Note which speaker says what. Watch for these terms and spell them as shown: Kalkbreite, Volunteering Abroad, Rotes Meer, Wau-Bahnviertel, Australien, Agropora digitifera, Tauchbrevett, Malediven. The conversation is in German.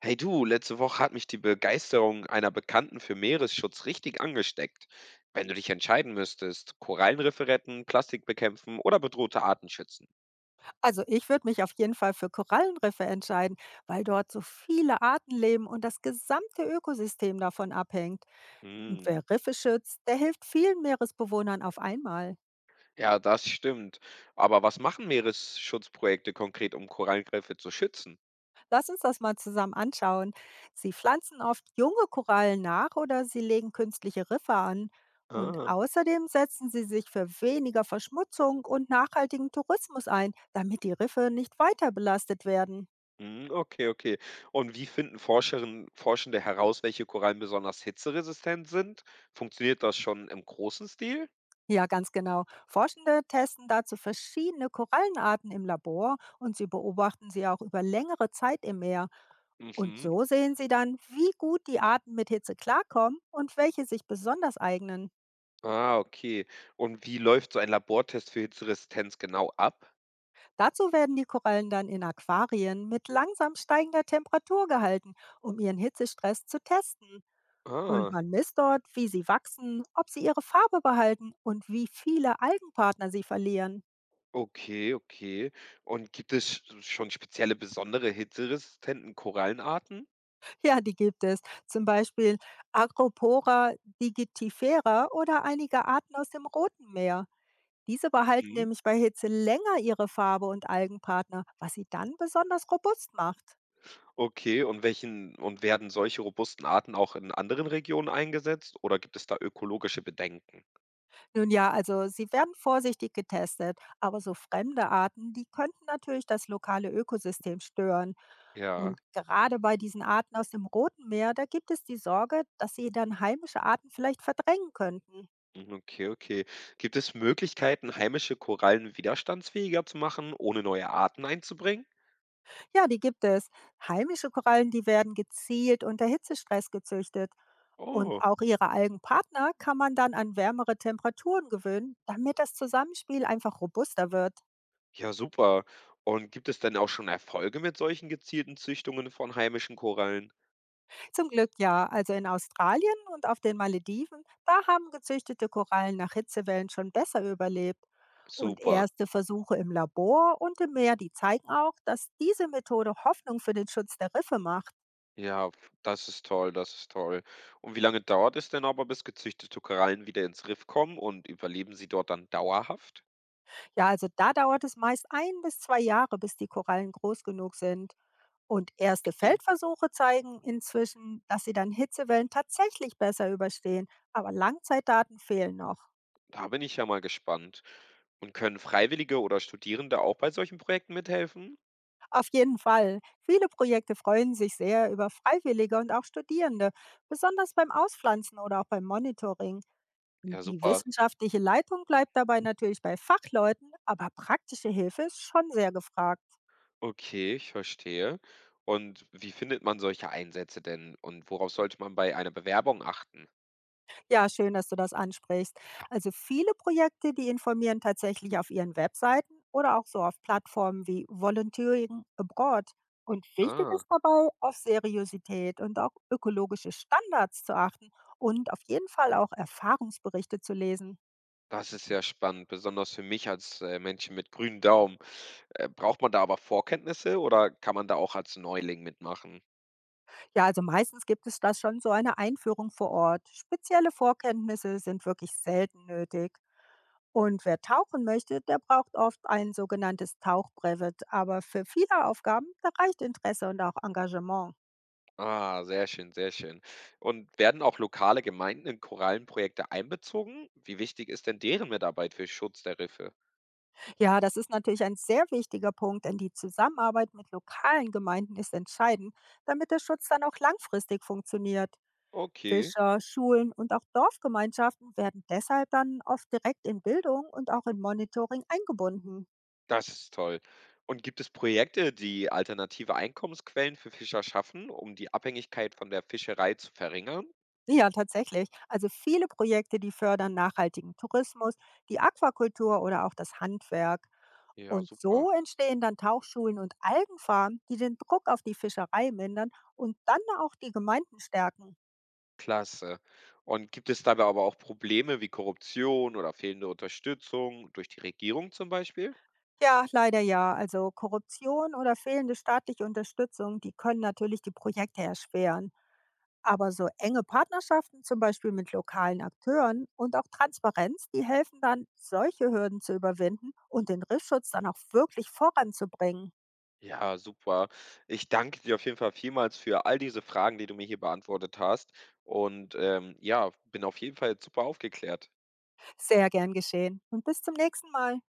Speaker 1: Hey du, letzte Woche hat mich die Begeisterung einer Bekannten für Meeresschutz richtig angesteckt. Wenn du dich entscheiden müsstest, Korallenriffe retten, Plastik bekämpfen oder bedrohte Arten schützen.
Speaker 2: Also ich würde mich auf jeden Fall für Korallenriffe entscheiden, weil dort so viele Arten leben und das gesamte Ökosystem davon abhängt. Und
Speaker 1: Hm,
Speaker 2: wer Riffe schützt, der hilft vielen Meeresbewohnern auf einmal.
Speaker 1: ja, das stimmt. Aber was machen Meeresschutzprojekte konkret, um Korallenriffe zu schützen?
Speaker 2: Lass uns das mal zusammen anschauen. Sie pflanzen oft junge Korallen nach oder sie legen künstliche Riffe an. Und
Speaker 1: Ah,
Speaker 2: außerdem setzen sie sich für weniger Verschmutzung und nachhaltigen Tourismus ein, damit die Riffe nicht weiter belastet werden.
Speaker 1: hm, okay, okay. Und wie finden Forscherinnen, Forschende heraus, welche Korallen besonders hitzeresistent sind? Funktioniert das schon im großen Stil?
Speaker 2: Ja, ganz genau. Forschende testen dazu verschiedene Korallenarten im Labor und sie beobachten sie auch über längere Zeit im Meer. Und
Speaker 1: Mhm.
Speaker 2: so sehen sie dann, wie gut die Arten mit Hitze klarkommen und welche sich besonders eignen.
Speaker 1: Ah, okay. Und wie läuft so ein Labortest für Hitzeresistenz genau ab?
Speaker 2: Dazu werden die Korallen dann in Aquarien mit langsam steigender Temperatur gehalten, um ihren Hitzestress zu testen. Und
Speaker 1: Ah,
Speaker 2: man misst dort, wie sie wachsen, ob sie ihre Farbe behalten und wie viele Algenpartner sie verlieren.
Speaker 1: okay, okay. Und gibt es schon spezielle, besondere hitzeresistenten Korallenarten?
Speaker 2: Ja, die gibt es. Zum Beispiel Agropora digitifera oder einige Arten aus dem Roten Meer. Diese behalten
Speaker 1: Mhm.
Speaker 2: nämlich bei Hitze länger ihre Farbe und Algenpartner, was sie dann besonders robust macht.
Speaker 1: Okay, und werden solche robusten Arten auch in anderen Regionen eingesetzt oder gibt es da ökologische Bedenken?
Speaker 2: Nun ja, also sie werden vorsichtig getestet, aber so fremde Arten, die könnten natürlich das lokale Ökosystem stören.
Speaker 1: Ja.
Speaker 2: Und gerade bei diesen Arten aus dem Roten Meer, da gibt es die Sorge, dass sie dann heimische Arten vielleicht verdrängen könnten.
Speaker 1: Mhm, okay, okay. Gibt es Möglichkeiten, heimische Korallen widerstandsfähiger zu machen, ohne neue Arten einzubringen?
Speaker 2: Ja, die gibt es. Heimische Korallen, die werden gezielt unter Hitzestress gezüchtet. Und
Speaker 1: Oh.
Speaker 2: auch ihre Algenpartner kann man dann an wärmere Temperaturen gewöhnen, damit das Zusammenspiel einfach robuster wird.
Speaker 1: Ja, super. Und gibt es denn auch schon Erfolge mit solchen gezielten Züchtungen von heimischen Korallen?
Speaker 2: Zum Glück ja, also in Australien und auf den Malediven, da haben gezüchtete Korallen nach Hitzewellen schon besser überlebt. Und
Speaker 1: Super.
Speaker 2: erste Versuche im Labor und im Meer, die zeigen auch, dass diese Methode Hoffnung für den Schutz der Riffe macht.
Speaker 1: Ja, das ist toll, das ist toll. Und wie lange dauert es denn aber, bis gezüchtete Korallen wieder ins Riff kommen und überleben sie dort dann dauerhaft?
Speaker 2: Ja, also da dauert es meist 1 bis 2 Jahre, bis die Korallen groß genug sind. Und erste
Speaker 1: Okay,
Speaker 2: Feldversuche zeigen inzwischen, dass sie dann Hitzewellen tatsächlich besser überstehen. Aber Langzeitdaten fehlen noch.
Speaker 1: da bin ich ja mal gespannt. Und können Freiwillige oder Studierende auch bei solchen Projekten mithelfen?
Speaker 2: Auf jeden Fall. Viele Projekte freuen sich sehr über Freiwillige und auch Studierende, besonders beim Auspflanzen oder auch beim Monitoring.
Speaker 1: Ja,
Speaker 2: Die
Speaker 1: super.
Speaker 2: wissenschaftliche Leitung bleibt dabei natürlich bei Fachleuten, aber praktische Hilfe ist schon sehr gefragt.
Speaker 1: Okay, ich verstehe. Und wie findet man solche Einsätze denn? Und worauf sollte man bei einer Bewerbung achten?
Speaker 2: Ja, schön, dass du das ansprichst. Also viele Projekte, die informieren tatsächlich auf ihren Webseiten oder auch so auf Plattformen wie Volunteering Abroad. Und wichtig
Speaker 1: Ah.
Speaker 2: ist dabei, auf Seriosität und auch ökologische Standards zu achten und auf jeden Fall auch Erfahrungsberichte zu lesen.
Speaker 1: Das ist ja spannend, besonders für mich als, Menschen mit grünen Daumen. Braucht man da aber Vorkenntnisse oder kann man da auch als Neuling mitmachen?
Speaker 2: Ja, also meistens gibt es da schon so eine Einführung vor Ort. Spezielle Vorkenntnisse sind wirklich selten nötig. Und wer tauchen möchte, der braucht oft ein sogenanntes Tauchbrevett. Aber für viele Aufgaben, da reicht Interesse und auch Engagement.
Speaker 1: Ah, sehr schön, sehr schön. Und werden auch lokale Gemeinden in Korallenprojekte einbezogen? Wie wichtig ist denn deren Mitarbeit für Schutz der Riffe?
Speaker 2: Ja, das ist natürlich ein sehr wichtiger Punkt, denn die Zusammenarbeit mit lokalen Gemeinden ist entscheidend, damit der Schutz dann auch langfristig funktioniert.
Speaker 1: Okay,
Speaker 2: Fischer, Schulen und auch Dorfgemeinschaften werden deshalb dann oft direkt in Bildung und auch in Monitoring eingebunden.
Speaker 1: das ist toll. Und gibt es Projekte, die alternative Einkommensquellen für Fischer schaffen, um die Abhängigkeit von der Fischerei zu verringern?
Speaker 2: Ja, tatsächlich. Also viele Projekte, die fördern nachhaltigen Tourismus, die Aquakultur oder auch das Handwerk.
Speaker 1: Ja,
Speaker 2: Und
Speaker 1: super.
Speaker 2: so entstehen dann Tauchschulen und Algenfarmen, die den Druck auf die Fischerei mindern und dann auch die Gemeinden stärken.
Speaker 1: Klasse. Und gibt es dabei aber auch Probleme wie Korruption oder fehlende Unterstützung durch die Regierung zum Beispiel?
Speaker 2: Ja, leider ja. Also Korruption oder fehlende staatliche Unterstützung, die können natürlich die Projekte erschweren. Aber so enge Partnerschaften, zum Beispiel mit lokalen Akteuren und auch Transparenz, die helfen dann, solche Hürden zu überwinden und den Riffschutz dann auch wirklich voranzubringen.
Speaker 1: Ja, super. Ich danke dir auf jeden Fall vielmals für all diese Fragen, die du mir hier beantwortet hast. Und ja, bin auf jeden Fall jetzt super aufgeklärt.
Speaker 2: Sehr gern geschehen und bis zum nächsten Mal.